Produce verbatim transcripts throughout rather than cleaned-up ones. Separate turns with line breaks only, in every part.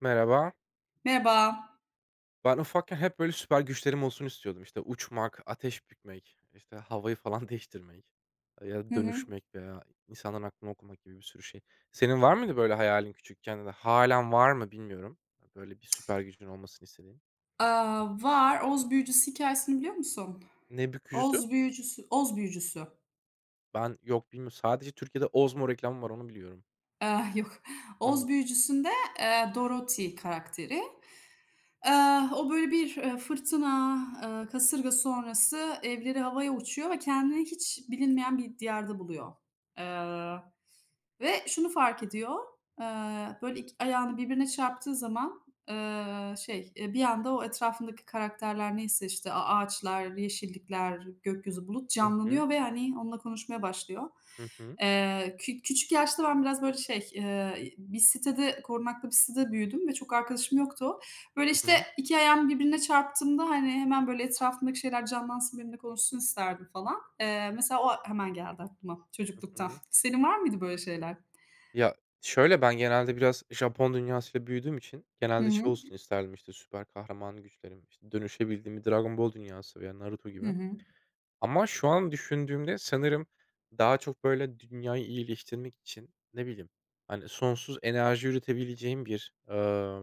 Merhaba.
Merhaba.
Ben ufakken hep böyle süper güçlerim olsun istiyordum. İşte uçmak, ateş bükmek, işte havayı falan değiştirmek e, ya
Hı
da
hı.
dönüşmek veya insanların aklını okumak gibi bir sürü şey. Senin var mıydı böyle hayalin küçükken ya da hâlen var mı bilmiyorum. Böyle bir süper gücün olmasını istediğin.
Aaa, var. Oz büyücüsü hikayesini biliyor musun?
Ne bükücüsü?
Oz büyücüsü Oz büyücüsü.
Ben yok bilmiyorum. Sadece Türkiye'de Ozmo reklamı var onu biliyorum.
Eee, yok. Oz
Onu.
büyücüsünde, eee, Dorothy karakteri. Eee, o böyle bir, eee, fırtına, eee, kasırga sonrası evleri havaya uçuyor ve kendini hiç bilinmeyen bir diyarda buluyor. Eee, Ve şunu fark ediyor: eee, böyle ik ayağını birbirine çarptığı zaman, eee, şey, eee, bir anda o etrafındaki karakterler neyse, işte, a ağaçlar, yeşillikler, gökyüzü, bulut
Hı hı.
canlanıyor ve, hani, onunla konuşmaya başlıyor.
Hı hı.
Eee, kü küçük yaşta ben biraz böyle şey, eee, bir sitede korunaklı bir sitede büyüdüm ve çok arkadaşım yoktu. Böyle,
Hı
işte,
hı.
iki ayağım birbirine çarptığımda, hani, hemen, böyle, etrafımdaki şeyler canlansın, benimle konuşsun isterdim falan. Eee, mesela o hemen geldi aklıma
Hı
çocukluktan.
hı.
Senin var mıydı böyle şeyler?
Ya, şöyle, ben genelde biraz Japon dünyasıyla büyüdüğüm için
Hı
genelde
hı.
şey olsun isterdim, işte, süper kahraman güçlerim, işte, dönüşebildiğim bir Dragon Ball dünyası veya Naruto
Hı
gibi.
hı.
Ama şu an düşündüğümde sanırım daha çok, böyle, dünyayı iyileştirmek için, ne bileyim, hani, sonsuz enerji üretebileceğim bir, eee,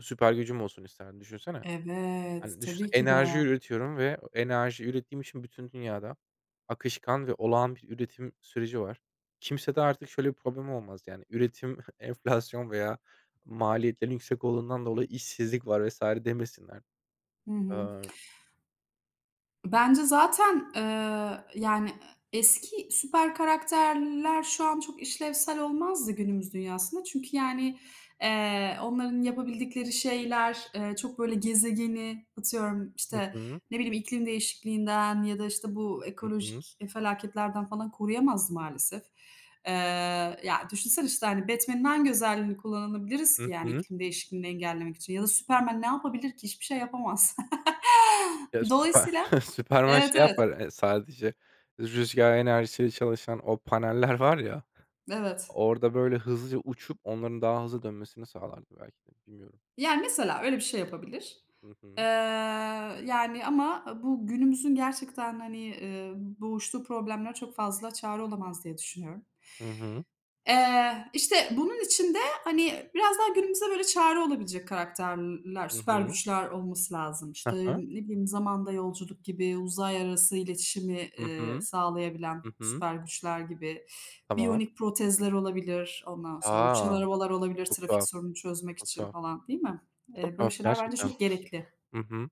süper gücüm olsun isterdim. Düşünsene.
Evet,
Hani, düşünsene
tabii ki de.
enerji üretiyorum ve enerji ürettiğim için bütün dünyada akışkan ve olağan bir üretim süreci var. Kimse de artık şöyle bir problem olmaz, yani, üretim, enflasyon veya maliyetlerin yüksek olduğundan dolayı işsizlik var vesaire demesinler.
Hı hı.
Aaa.
Bence zaten, eee, yani, eski süper karakterler şu an çok işlevsel olmazdı günümüz dünyasında. Çünkü, yani, eee, onların yapabildikleri şeyler, eee, çok böyle gezegeni, atıyorum,
Hı
işte,
hı.
ne bileyim, iklim değişikliğinden ya da, işte, bu
Hı hı.
ekolojik, felaketlerden falan koruyamazdı maalesef. Eee, ya, düşünsene, işte, hani, Batman'in hangi özelliğini kullanabiliriz ki,
Hı
yani,
hı.
iklim değişikliğini engellemek için ya da Superman ne yapabilir ki? Hiçbir şey yapamaz.
Ya, süper
Dolayısıyla.
Süperman
Evet,
şey
evet,
yapar, eee, sadece rüzgar enerjisiyle çalışan o paneller var ya,
evet.
orada böyle hızlıca uçup onların daha hızlı dönmesini sağlardı belki de, bilmiyorum.
Yani, mesela öyle bir şey yapabilir.
Hı
Eee,
hı.
yani, ama bu günümüzün gerçekten, hani, eee, boğuştuğu problemlere çok fazla çare olamaz diye düşünüyorum.
Hı hı.
Eee, işte, bunun için de, hani, biraz daha günümüze böyle çare olabilecek karakterler,
Hı
süper
hı.
güçler olması lazım. İşte,
Hı
ne
hı.
bileyim, zamanda yolculuk gibi, uzay arası iletişimi,
Hı
eee,
hı.
sağlayabilen
Hı hı.
süper güçler gibi.
Tamam.
Biyonik protezler olabilir, ondan sonra uçan
A!
arabalar olabilir
Çok
trafik
tuhaf,
sorununu çözmek
çok
için
tuhaf.
falan, değil mi?
Çok
Eee, böyle
tuhaf
şeyler bence
gerçekten.
çok gerekli.
Hı hı.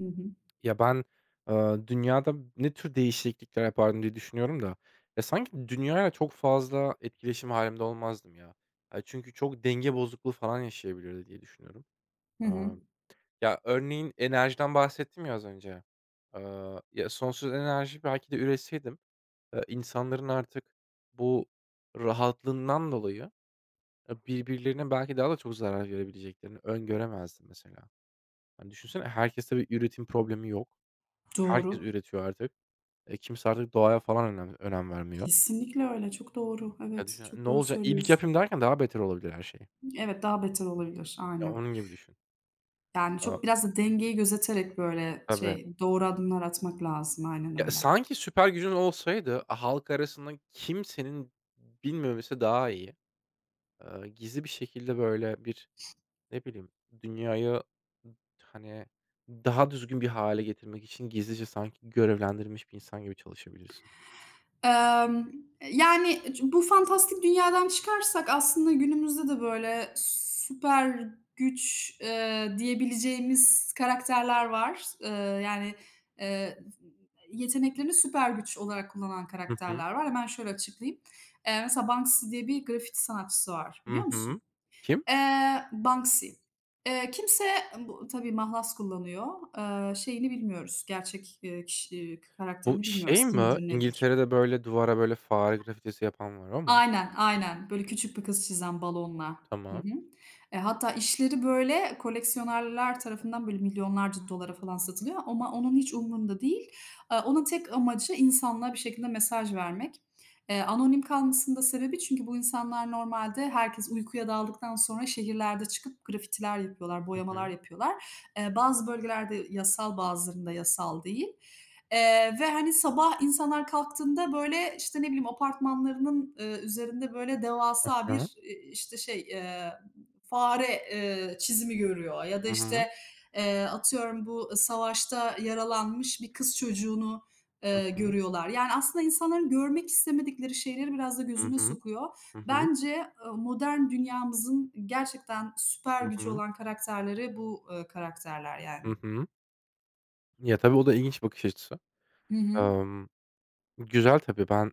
Hı hı.
Ya, ben, eee, dünyada ne tür değişiklikler yapardım diye düşünüyorum da, ya, sanki dünyayla çok fazla etkileşim hâlinde olmazdım ya. Eee, çünkü çok denge bozukluğu falan yaşayabilirdi diye düşünüyorum.
Hı hı.
Emm, ya, örneğin enerjiden bahsettim ya az önce. Eee, ya, sonsuz enerji belki de üretseydim, eee, insanların artık bu rahatlığından dolayı. Ya, birbirlerine belki daha da çok zarar verebileceklerini öngöremezdim mesela. Hani, düşünsene herkeste bir üretim problemi yok. Herkes
Doğru.
üretiyor artık. E, kimse artık doğaya falan önem önem vermiyor.
Kesinlikle öyle, çok doğru.
Ya,
Evet,
düşün,
çok
ne
doğru
olacak? İyilik
söylüyorsun.
yapayım derken daha beter olabilir her şey.
Evet, daha beter olabilir.
Ya,
Aynen.
onun gibi düşün.
Yani,
Aaa,
çok biraz da dengeyi gözeterek, böyle,
tabii.
şey, doğru adımlar atmak lazım. Aynen
Ya,
öyle.
sanki süper gücün olsaydı e, halk arasında kimsenin bilmemesi daha iyi. Eee, gizli bir şekilde böyle bir. Ne bileyim, dünyayı, hani, daha düzgün bir hale getirmek için gizlice sanki görevlendirilmiş bir insan gibi çalışabilirsin.
Emm, yani, ç bu fantastik dünyadan çıkarsak aslında günümüzde de, böyle, süper güç, eee, diyebileceğimiz karakterler var. Eee, yani, eee, yeteneklerini süper güç olarak kullanan
Hı hı.
karakterler var. Hemen şöyle açıklayayım. Eee, mesela Banksy diye bir grafiti sanatçısı var.
Hı
Biliyor musun?
hı. Kim?
Eee, Banksy. Eee, kimse bu tabii mahlas kullanıyor. Eee, şeyini bilmiyoruz, gerçek, eee, kişi
Bu
karakterini
şey
bilmiyoruz.
mi?
Kimdir, nedir?
İngiltere'de böyle duvara böyle fare grafitisi yapan var o mu?
Aynen, aynen. Böyle küçük bir kız çizen balonla. Hı
Tamam.
hı. Eee, hatta işleri, böyle, koleksiyonerler tarafından, böyle, milyonlarca dolara falan satılıyor ama onun hiç umrunda değil. Eee, onun tek amacı insanlığa bir şekilde mesaj vermek. Eee, anonim kalmasının da sebebi çünkü bu insanlar normalde herkes uykuya daldıktan sonra şehirlerde çıkıp grafitiler yapıyorlar,
Hı
boyamalar
hı.
yapıyorlar. Eee, bazı bölgelerde yasal, bazılarında yasal değil. Eee, ve, hani, sabah insanlar kalktığında, böyle, işte, ne bileyim, apartmanlarının, ııı, üzerinde, böyle,
Hı
devasa
hı.
bir, eee, işte, şey, eee, fare, eee, çizimi görüyor ya da,
Hı hı.
işte, eee, atıyorum bu savaşta yaralanmış bir kız çocuğunu,
Hı
eee,
hı.
görüyorlar. Yani, aslında insanların görmek istemedikleri şeyleri biraz da
Hı
gözüne
hı.
sokuyor.
Hı hı.
Bence, ııı, modern dünyamızın gerçekten süper
Hı
gücü
hı.
olan karakterleri bu, ııı, karakterler, yani.
Ya, tabii o da ilginç bakış açısı.
Hı hı.
Emm, güzel tabii. Ben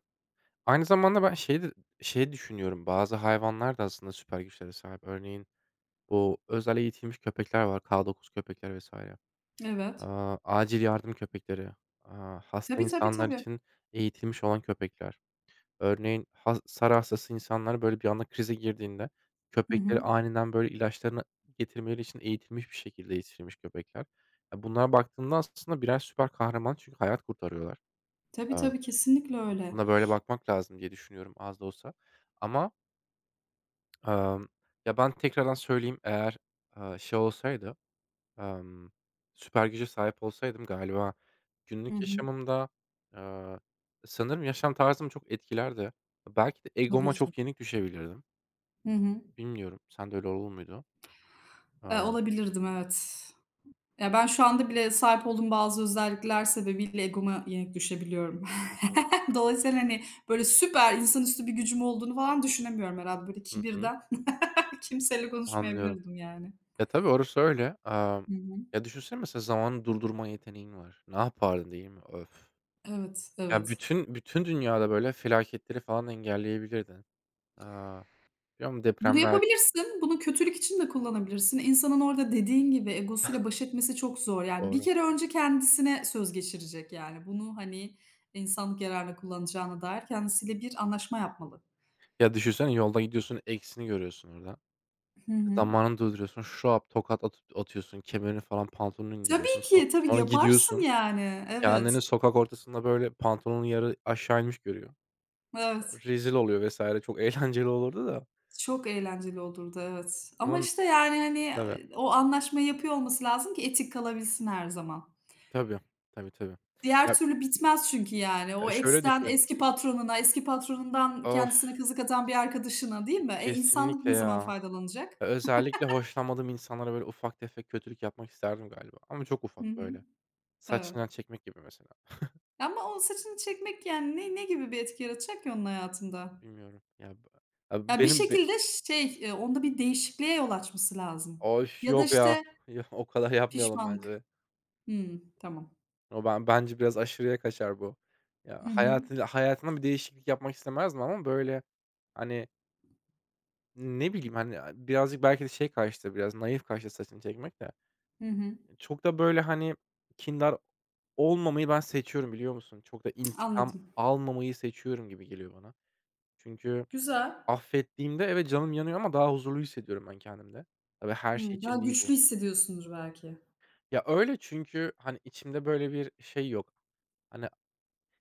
aynı zamanda ben şey de şeyi düşünüyorum. Bazı hayvanlar da aslında süper güçlere sahip. Örneğin bu özel eğitilmiş köpekler var, K dokuz köpekler vesaire.
Evet.
Aaa, acil yardım köpekleri, aaa, hasta
Tabii, tabii,
insanlar
tabii.
için eğitilmiş olan köpekler. Örneğin has sarı hastası insanlar, böyle, bir anda krize girdiğinde
Hı hı.
köpekleri aniden, böyle, ilaçlarını getirmeleri için eğitilmiş bir şekilde yetiştirilmiş köpekler. Ya, bunlara baktığında aslında birer süper kahraman çünkü hayat kurtarıyorlar.
Tabii,
Amm,
tabii, kesinlikle öyle.
buna böyle bakmak lazım diye düşünüyorum az da olsa ama, amm, ya, ben tekrardan söyleyeyim eğer, aaa, şey olsaydı. Emm, süper güce sahip olsaydım galiba
Hı
günlük
hı.
yaşamımda, eee, sanırım yaşam tarzımı çok etkilerdi. Belki de
Tabii
egoma
ki.
çok yenik düşebilirdim.
Hı hı.
Bilmiyorum. Sen de öyle olur muydu?
Eee,
Aaa,
olabilirdim, evet. Ya, ben şu anda bile sahip olduğum bazı özellikler sebebiyle egoma yenik düşebiliyorum. Dolayısıyla, hani, böyle süper insanüstü bir gücüm olduğunu falan düşünemiyorum herhâlde. Böyle
hı hı.
kibirden kimseyle
Anlıyorum.
konuşmayabilirdim yani.
Ya, tabii orası öyle. Amm,
Hı hı.
ya, düşünsene mesela zamanı durdurma yeteneğin var. Ne yapardın değil mi? Öf!
Evet,
Ya,
evet.
bütün bütün dünyada böyle felaketleri falan engelleyebilirdin. Aaa, biliyor musun
Bunu
depremler.
yapabilirsin. Bunu kötülük için de kullanabilirsin. İnsanın orada dediğin gibi egosuyla baş etmesi çok zor. Yani bir
Doğru.
kere önce kendisine söz geçirecek yani. Bunu, hani, insanlık yararına kullanacağına dair kendisiyle bir anlaşma yapmalı.
Ya, düşünsene yolda gidiyorsun, eksini görüyorsun orada.
Hı hı.
Zamanını dolduruyorsun. Şap, tokat atıp atıyorsun. Kemerini falan, pantolonunu indiriyorsun.
Tabii
Sonra
ki, tabii ki
sonra
yaparsın
gidiyorsun.
yani. Evet,
Kendini sokak ortasında, böyle, pantolonun yarı aşağı inmiş görüyor.
evet.
Rezil oluyor vesaire, çok eğlenceli olurdu da.
Çok eğlenceli olurdu, evet. Ama
Ama.
işte, yani, hani,
Tabii.
o anlaşmayı yapıyor olması lazım ki etik kalabilsin her zaman.
Tabii. Tabii, tabii.
Diğer
Ya,
türlü bitmez çünkü yani. O
eee, şöyle
ex'ten
düşün.
eski patronuna, eski patronundan
Of!
kendisine kazık atan bir arkadaşına, değil
E,
mi? E, insanlık
kesinlikle
ne zaman
ya.
faydalanacak?
E, özellikle hoşlanmadığım insanlara, böyle, ufak tefek kötülük yapmak isterdim galiba ama çok
Hı
ufak,
hı.
böyle.
Evet.
Saçından çekmek gibi mesela.
Ama onun saçını çekmek yani ne ne gibi bir etki yaratacak ki onun hayatında?
Bilmiyorum. Ya, b ya,
Ya, bir
benim.
şekilde şey, eee, onda bir değişikliğe yol açması lazım
Oş,
ya da,
yok ya.
işte,
Ya, o kadar yapmayalım
pişmanlık.
bence.
Hımm, tamam.
O ben bence biraz aşırıya kaçar bu. Ya,
Hı hı.
hayatı hayatına bir değişiklik yapmak istemezdim ama böyle, hani, ne bileyim, hani, a birazcık belki de şey kaçtı, biraz naif kaçtı saçını çekmek de.
Hı hı.
Çok da böyle, hani, kindar olmamayı ben seçiyorum, biliyor musun? Çok da intikam
Anladım.
almamayı seçiyorum gibi geliyor bana. Çünkü
Güzel.
affettiğimde evet canım yanıyor ama daha huzurlu hissediyorum ben kendimde. Tabii her şey
Hımm, daha
için değil
güçlü
bu.
hissediyorsundur belki.
Ya, öyle çünkü, hani, içimde böyle bir şey yok. Hani,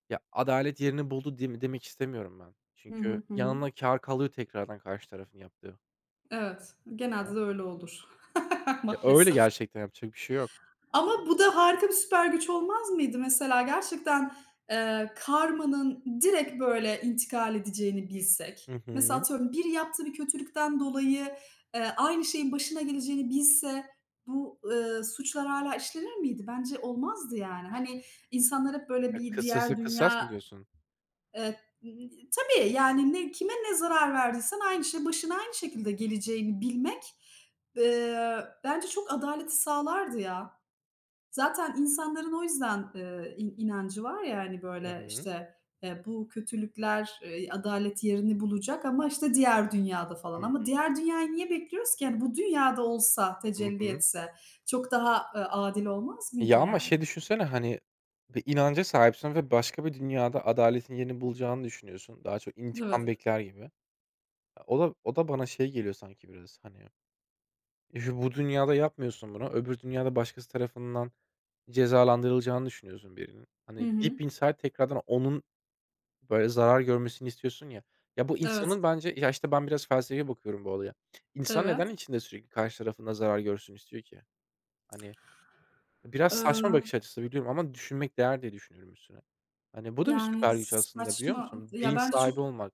ya, adalet yerini buldu dem demek istemiyorum ben.
Hı
Çünkü
hı. Hı hı.
yanına kar kalıyor tekrardan karşı tarafın yaptığı.
Evet, genelde de öyle olur
Ya, öyle
maalesef.
gerçekten yapacak bir şey yok.
Ama bu da harika bir süper güç olmaz mıydı? Mesela gerçekten, eee, karmanın direkt böyle intikal edeceğini bilsek.
Hı
Mesela
hı.
atıyorum bir yaptığı bir kötülükten dolayı, eee, aynı şeyin başına geleceğini bilse bu, ııı, suçlar hala işlenir miydi? Bence olmazdı yani. Hani, insanlar hep böyle
Ya,
bir
kısası
diğer
kısas
dünya.
mı diyorsun?
Eee, tabii, yani ne kime ne zarar verdiysen aynı şey başına aynı şekilde geleceğini bilmek, eee, bence çok adaleti sağlardı ya. Zaten insanların o yüzden, eee, in inancı var ya, hani,
Hı
böyle,
hı.
işte, eee, bu kötülükler, eee, adalet yerini bulacak ama, işte, diğer dünyada falan
Hıı.
ama diğer dünyayı niye bekliyoruz ki? Hani, bu dünyada olsa,
Hı
tecelli
hı.
etse çok daha, eee, adil olmaz mıydı
Ya, ama
yani?
şey düşünsene, hani, bir inanca sahipsin ve başka bir dünyada adaletin yerini bulacağını düşünüyorsun. Daha çok intikam
Evet.
bekler gibi. Ya, o da o da bana şey geliyor sanki biraz, hani. E, şu bu dünyada yapmıyorsun bunu. Öbür dünyada başkası tarafından cezalandırılacağını düşünüyorsun birinin.
Hı
Hani,
hı.
deep inside tekrardan onun, böyle, zarar görmesini istiyorsun ya. Ya, bu
Evet,
insanın bence ya, işte, ben biraz felsefi bakıyorum bu olaya. İnsan neden
evet.
içinde sürekli karşı tarafında zarar görsün istiyor ki? Hani, biraz saçma
Eee
bakış açısı biliyorum ama düşünmek değer diye düşünüyorum üstüne. Hani, bu da bir
Yani,
süper güç aslında biliyor
saçma.
musun?
Ya,
Bilinç
bence çok
sahibi olmak.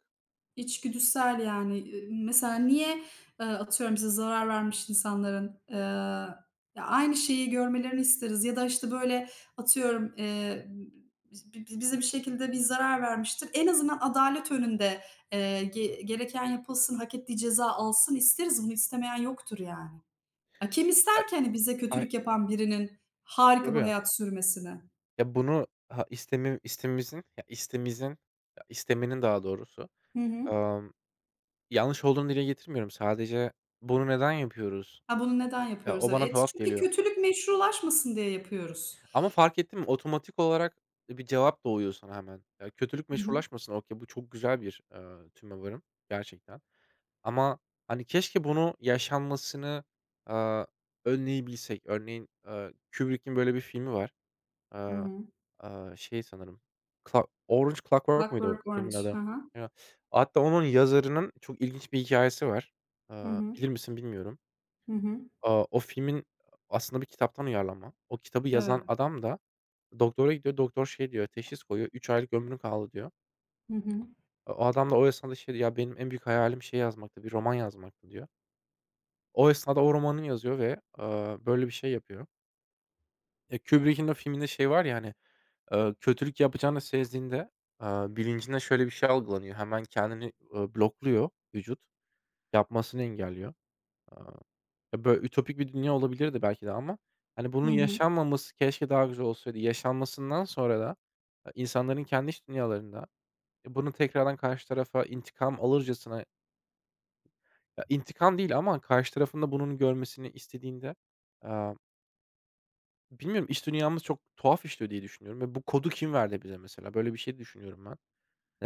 içgüdüsel, yani. Eee, mesela niye, eee, atıyorum bize zarar vermiş insanların, eee, ya, aynı şeyi görmelerini isteriz ya da, işte, böyle, atıyorum, eee, bi bi bize bir şekilde bir zarar vermiştir. En azından adalet önünde, eee, ge gereken yapılsın, hak ettiği ceza alsın isteriz. Bunu istemeyen yoktur, yani. Ya, kim
Ya,
ister ki, hani, bize
hay
kötülük yapan birinin harika bir
tabii.
hayat sürmesini?
Ya, bunu ha istemem istememizin ya, istemizin ya, istemenin daha doğrusu.
Hı hı.
Amm, yanlış olduğunu dile getirmiyorum. Sadece bunu neden yapıyoruz?
Ha, bunu neden
Ya,
yapıyoruz?
o bana
Evet,
tuhaf
çünkü
geliyor.
kötülük meşrulaşmasın diye yapıyoruz.
Ama fark ettin mi otomatik olarak e, bir cevap doğuyor sana hemen. Ya, kötülük
Hı hı.
meşrulaşmasın. Okay, bu çok güzel bir, eee, tüme varım gerçekten. Ama, hani, keşke bunu yaşanmasını, aaa, önleyebilsek. Örneğin, eee, Kubrick'in böyle bir filmi var.
Hı
Eee,
hı.
eee, şey sanırım, Cla Orange Clockwork muydu o
Clockwork
filmin
Orange. Hı
adı?
hı.
Ya, hatta onun yazarının çok ilginç bir hikâyesi var.
Hı
Eee,
hı.
bilir misin bilmiyorum.
Hı hı.
Aaa, o filmin aslında bir kitaptan uyarlama. O kitabı
Evet.
yazan adam da doktora gidiyor. Doktor şey diyor, teşhis koyuyor, üç aylık ömrün kaldı." diyor.
Hı hı.
E, o adam da o esnada şey diyor, "Ya, benim en büyük hayalim şey yazmaktı, bir roman yazmaktı." diyor. O esnada o romanını yazıyor ve, eee, böyle bir şey yapıyor. Ya, Kubrick'in o filminde şey var ya, hani. Eee, kötülük yapacağını sezdiğinde, aaa, bilincinde şöyle bir şey algılanıyor, hemen kendini, eee, blokluyor vücut, yapmasını engelliyor. Aaa, ya, böyle ütopik bir dünya olabilirdi belki de ama, hani,
Hı
bunun
hı.
yaşanmaması keşke daha güzel olsaydı. Yaşanmasından sonra da, eee, insanların kendi iç dünyalarında, eee, bunu tekrardan karşı tarafa intikam alırcasına, ya, intikam değil ama karşı tarafında bunun görmesini istediğinde, aaa, bilmiyorum, iç dünyamız çok tuhaf işliyor diye düşünüyorum ve bu kodu kim verdi bize mesela? Böyle bir şey düşünüyorum ben.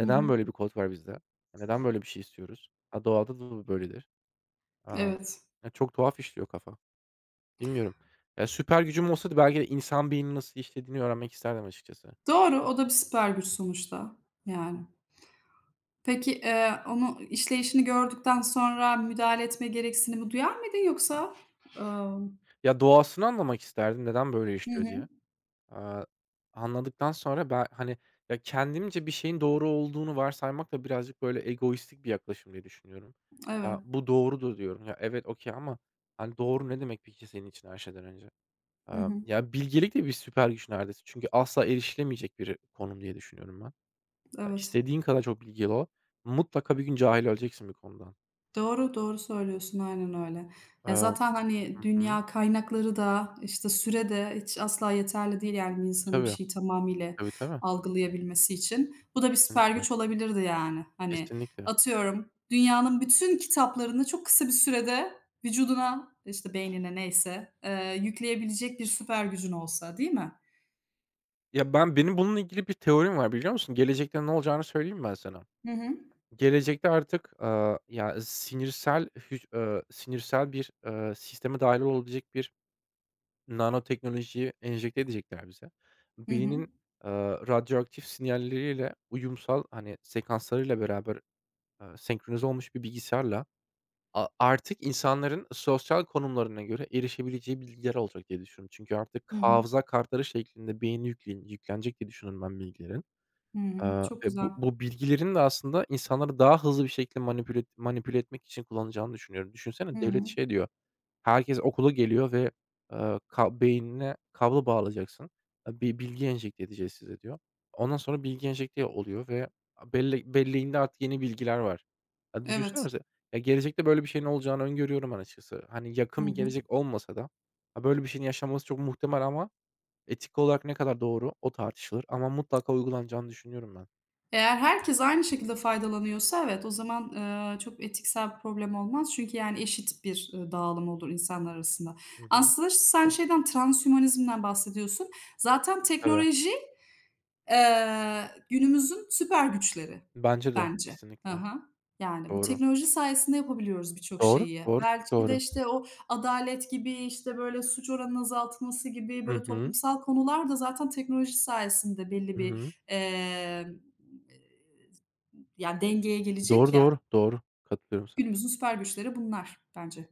Hı hı.
böyle bir kod var bizde? Neden böyle bir şey istiyoruz? Ha, doğada da böyledir. Aaa,
Evet.
ya, çok tuhaf işliyor kafa. Bilmiyorum. Ya, süper gücüm olsaydı belki de insan beyninin nasıl işlediğini öğrenmek isterdim açıkçası.
Doğru, o da bir süper güç sonuçta, yani. Peki, eee, onu işleyişini gördükten sonra müdahale etme gereksinimi duyar mıydın yoksa, emm
Ya, doğasını anlamak isterdim neden böyle
Hı
işliyor
hı.
diye. Aaa, anladıktan sonra ben, hani, ya, kendimce bir şeyin doğru olduğunu varsaymak da birazcık böyle egoistik bir yaklaşım diye düşünüyorum.
Evet.
Ya, bu doğrudur diyorum. Ya, evet, okay ama, hani, doğru ne demek peki senin için her şeyden önce?
Hı
Eee,
hı.
ya, bilgelik de bir süper güç neredeyse. Çünkü asla erişilemeyecek bir konum diye düşünüyorum ben. Ya,
Evet.
istediğin kadar çok bilgili ol, mutlaka bir gün cahil öleceksin bir konudan.
Doğru, doğru söylüyorsun. Aynen öyle. Ya,
Eee
zaten, hani,
Hı hı.
dünya kaynakları da, işte, süre de hiç asla yeterli değil, yani, bir insanın bir
Tabii.
şeyi tamamıyla
Tabii, tabii.
algılayabilmesi için. Bu da bir süper
Kesinlikle.
güç olabilirdi, yani. Hani,
Kesinlikle.
atıyorum, dünyanın bütün kitaplarını çok kısa bir sürede vücuduna, işte, beynine neyse, eee, yükleyebilecek bir süper gücün olsa, değil mi?
Ya, ben benim bununla ilgili bir teorim var, biliyor musun? Gelecekte ne olacağını söyleyeyim mi ben sana?
Hı hı.
Gelecekte artık, eee, ya, sinirsel hüc eee, sinirsel bir, eee, sisteme dahil olabilecek bir. Nanoteknolojiyi enjekte edecekler bize.
Hı hı.
Beynin, eee, radyoaktif sinyalleriyle uyumsal, hani, sekanslarıyla beraber, eee, senkronize olmuş bir bilgisayarla a artık insanların sosyal konumlarına göre erişebileceği bilgiler olacak diye düşünüyorum. Çünkü artık
Hı hı.
hafıza kartları şeklinde beynine yüklen yüklenecek diye düşünüyorum ben bilgilerin.
Hı hı.
Eee,
Çok
ve
güzel.
bu bu bilgilerin de aslında insanları daha hızlı bir şekilde manipüle manipüle etmek için kullanacağını düşünüyorum.
Hı
Düşünsene devlet
hı.
şey diyor, herkes okula geliyor ve, eee, ka beynine kablo bağlayacaksın. Eee, "Bir bilgi enjekte edeceğiz size." diyor. Ondan sonra bilgi enjekte oluyor ve a belle belleğinde artık yeni bilgiler var. Ya, düşünsene
Evet.
mesela, ya, gelecekte böyle bir şeyin olacağını öngörüyorum ben açıkçası. Hani,
Hı
yakın bir
hı.
gelecek olmasa da, ha, böyle bir şeyin yaşanması çok muhtemel ama etik olarak ne kadar doğru o tartışılır ama mutlaka uygulanacağını düşünüyorum ben.
Eğer herkes aynı şekilde faydalanıyorsa evet, o zaman, eee, çok etiksel bir problem olmaz. Çünkü, yani, eşit bir, ııı, dağılım olur insanlar arasında.
Hı hı.
Aslında işte sen şeyden, transhümanizmden bahsediyorsun. Zaten
Tabii.
teknoloji, eee, günümüzün süper güçleri
Bence de.
bence. Hı
Kesinlikle.
hı. Yani, bu
Doğru.
teknoloji sayesinde yapabiliyoruz birçok
Doğru,
şeyi.
doğru, çok
Belki de,
doğru.
işte, o adalet gibi, işte, böyle, suç oranının azaltılması gibi,
Hı
böyle,
hı.
toplumsal konular da zaten teknoloji sayesinde belli
Hı hı.
bir, emm yani dengeye gelecek
Doğru,
ya,
doğru, doğru. Katılıyorum sana.
günümüzün süper güçleri bunlar bence.